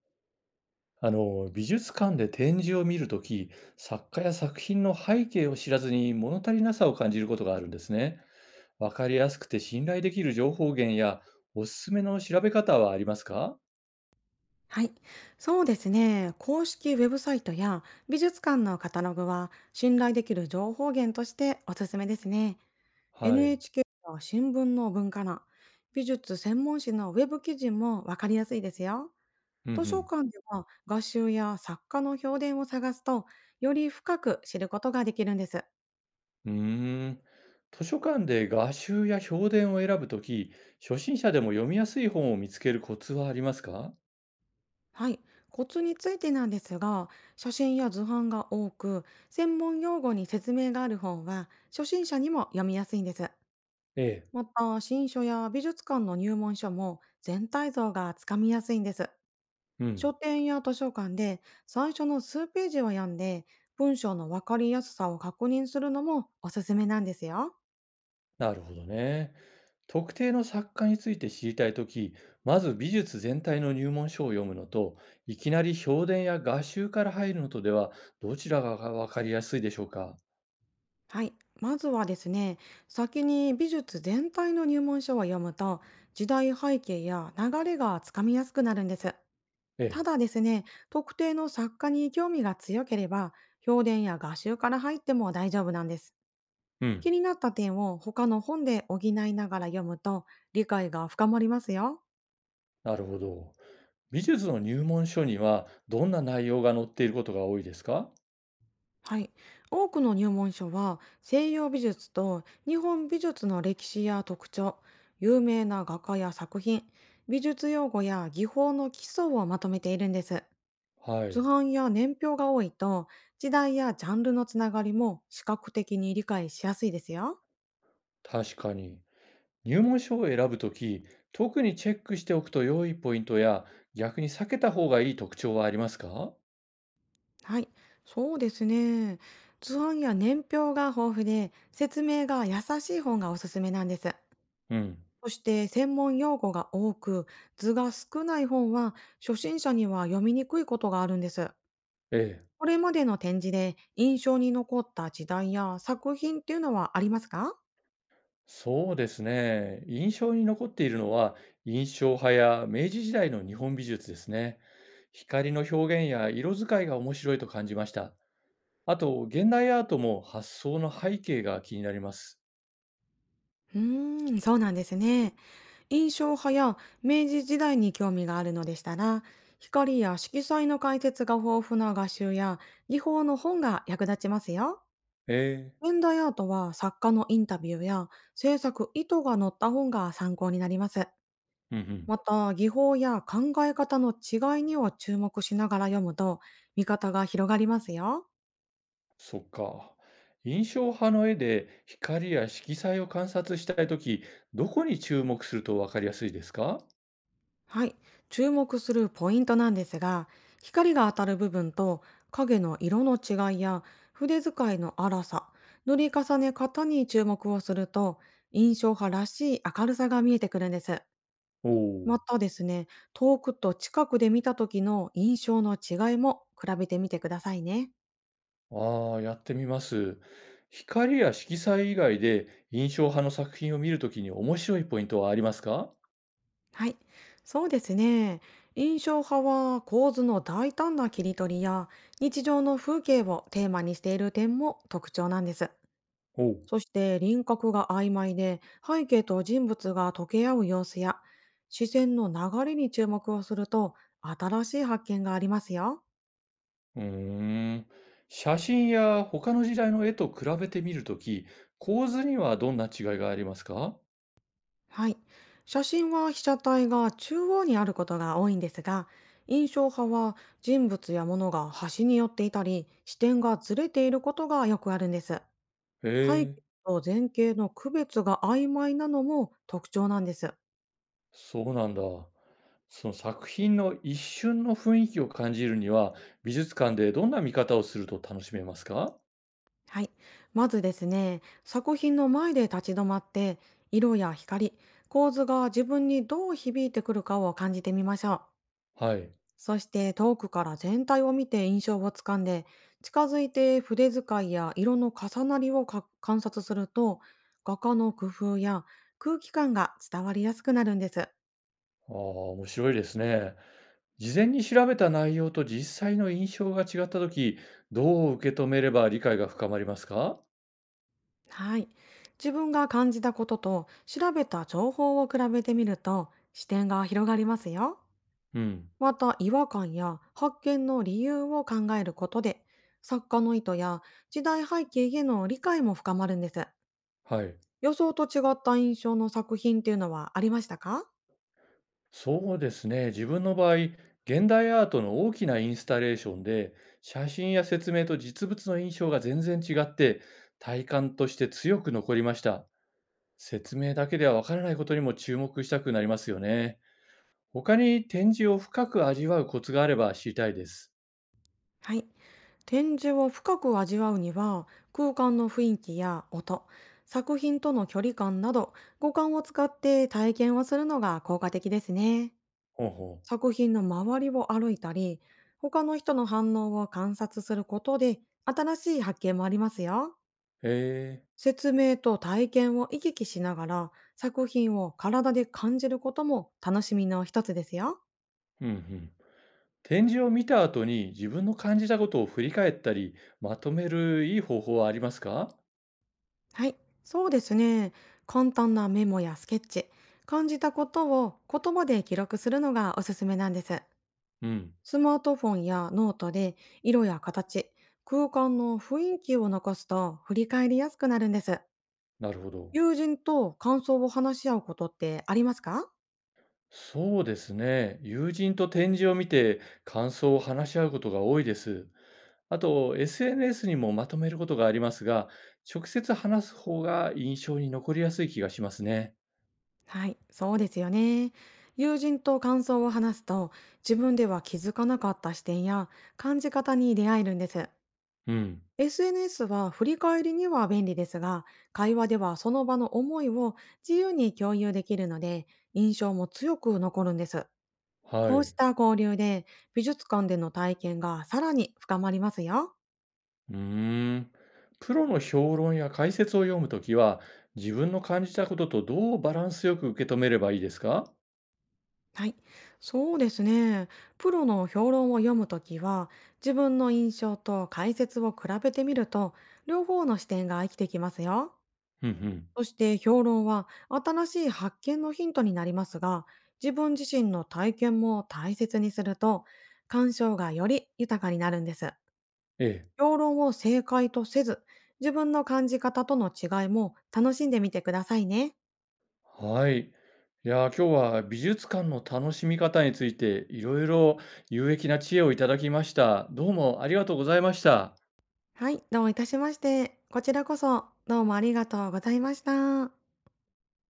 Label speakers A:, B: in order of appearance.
A: 美術館で展示を見るとき、作家や作品の背景を知らずに物足りなさを感じることがあるんですね。わかりやすくて信頼できる情報源やおすすめの調べ方はありますか？
B: はい。そうですね。公式ウェブサイトや美術館のカタログは信頼できる情報源としておすすめですね。
A: はい。
B: NHK や新聞の文化欄、美術専門誌のウェブ記事もわかりやすいですよ。
A: うんう
B: 図書
A: ん。
B: 館では画集や作家の評伝を探すと、より深く知ることができるんです。
A: うーん。図書館で画集や評伝を選ぶとき、初心者でも読みやすい本を見つけるコツはありますか？
B: はい。コツについてなんですが、写真や図版が多く、専門用語に説明がある本は初心者にも読みやすいんです。
A: ええ。
B: また、新書や美術館の入門書も全体像がつかみやすいんです。
A: うん。
B: 書店や図書館で最初の数ページを読んで、文章のわかりやすさを確認するのもおすすめなんですよ。
A: なるほどね。特定の作家について知りたいとき、まず美術全体の入門書を読むのと、いきなり評伝や画集から入るのとでは、どちらがわかりやすいでしょうか？
B: はい。まずはですね、先に美術全体の入門書を読むと、時代背景や流れがつかみやすくなるんです。
A: え
B: た
A: え。
B: だですね、特定の作家に興味が強ければ、評伝や画集から入っても大丈夫なんです。
A: う
B: 気
A: ん。
B: になった点を他の本で補いながら読むと、理解が深まりますよ。
A: なるほど。美術の入門書には、どんな内容が載っていることが多いですか？
B: はい。多くの入門書は西洋美術と日本美術の歴史や特徴、有名な画家や作品、美術用語や技法の基礎をまとめているんです。
A: は
B: 図
A: い。
B: 版や年表が多いと、時代やジャンルのつながりも視覚的に理解しやすいですよ。
A: 確かに。入門書を選ぶとき、特にチェックしておくと良いポイントや、逆に避けた方がいい特徴はありますか？
B: はい、そうですね。図案や年表が豊富で、説明が優しい本がおすすめなんです。
A: うん。
B: そして専門用語が多く、図が少ない本は初心者には読みにくいことがあるんです。
A: ええ。
B: これまでの展示で印象に残った時代や作品っていうのはありますか？
A: そうですね。印象に残っているのは、印象派や明治時代の日本美術ですね。光の表現や色使いが面白いと感じました。あと、現代アートも発想の背景が気になります。
B: そうなんですね。印象派や明治時代に興味があるのでしたら、光や色彩の解説が豊富な画集や技法の本が役立ちますよ。
A: ええ。
B: 現代アートは作家のインタビューや制作意図が載った本が参考になります。
A: うんうん。
B: また、技法や考え方の違いには注目しながら読むと、見方が広がりますよ。
A: そっか。印象派の絵で光や色彩を観察したいとき、どこに注目するとわかりやすいですか？
B: はい、注目するポイントなんですが、光が当たる部分と影の色の違いや、筆使いの粗さ、塗り重ね方に注目をすると、印象派らしい明るさが見えてくるんです。
A: おお
B: ま
A: ー。
B: たですね、遠くと近くで見た時の印象の違いも比べてみてくださいね。
A: ああ、やってみます。光や色彩以外で印象派の作品を見るときに面白いポイントはありますか？
B: はい、そうですね。印象派は構図の大胆な切り取りや日常の風景をテーマにしている点も特徴なんです。
A: おう。
B: そして輪郭が曖昧で、背景と人物が溶け合う様子や視線の流れに注目をすると、新しい発見がありますよ。
A: うーん。写真や他の時代の絵と比べてみるとき、構図にはどんな違いがありますか？
B: はい。写真は被写体が中央にあることが多いんですが、印象派は人物や物が端に寄っていたり、視点がずれていることがよくあるんです。
A: へ
B: 背
A: え、
B: 景と前景の区別が曖昧なのも特徴なんです。
A: そうなんだ。その作品の一瞬の雰囲気を感じるには、美術館でどんな見方をすると楽しめますか？
B: はい。まずですね、作品の前で立ち止まって、色や光、構図が自分にどう響いてくるかを感じてみましょう。
A: はい。
B: そして遠くから全体を見て印象をつかんで、近づいて筆使いや色の重なりをか観察すると、画家の工夫や空気感が伝わりやすくなるんです。
A: ああ、面白いですね。事前に調べた内容と実際の印象が違ったとき、どう受け止めれば理解が深まりますか？
B: はい。自分が感じたことと調べた情報を比べてみると、視点が広がりますよ。
A: うん。
B: また、違和感や発見の理由を考えることで、作家の意図や時代背景への理解も深まるんです。
A: はい。
B: 予想と違った印象の作品っていうのはありましたか？
A: そうですね。自分の場合、現代アートの大きなインスタレーションで、写真や説明と実物の印象が全然違って、体感として強く残りました。説明だけではわからないことにも注目したくなりますよね。他に展示を深く味わうコツがあれば知りたいです。
B: はい。展示を深く味わうには、空間の雰囲気や音、作品との距離感など、五感を使って体験をするのが効果的ですね。
A: ほうほ
B: 作品の周りを歩いたり、他の人の反応を観察することで新しい発見もありますよ。
A: う。へえ。
B: 説明と体験を行き来しながら、作品を体で感じることも楽しみの一つですよ。
A: うんうん。展示を見た後に自分の感じたことを振り返ったり、まとめるいい方法はありますか？
B: はい、そうですね。簡単なメモやスケッチ、感じたことを言葉で記録するのがおすすめなんです。
A: うん、
B: スマートフォンやノートで色や形、空間の雰囲気を残すと振り返りやすくなるんです。
A: なるほど。
B: 友人と感想を話し合うことってありますか？
A: そうですね。友人と展示を見て感想を話し合うことが多いです。あと、SNS にもまとめることがありますが、直接話す方が印象に残りやすい気がしますね。
B: はい、そうですよね。友人と感想を話すと、自分では気づかなかった視点や感じ方に出会えるんです。
A: うん。
B: SNS は振り返りには便利ですが、会話ではその場の思いを自由に共有できるので、印象も強く残るんです。
A: は
B: こう
A: い。
B: した交流で、美術館での体験がさらに深まりますよ。
A: うーん。プロの評論や解説を読むときは、自分の感じたこととどうバランスよく受け止めればいいですか？
B: はい、そうですね。プロの評論を読むときは、自分の印象と解説を比べてみると、両方の視点が生きてきますよ。
A: うんうん。
B: そして評論は新しい発見のヒントになりますが、自分自身の体験も大切にすると、鑑賞がより豊かになるんです。
A: ええ、
B: 評論を正解とせず、自分の感じ方との違いも楽しんでみてくださいね。
A: はい。いやー、今日は美術館の楽しみ方についていろいろ有益な知恵をいただきました。どうもありがとうございました。
B: はい、どういたしまして。こちらこそ、どうもありがとうございました。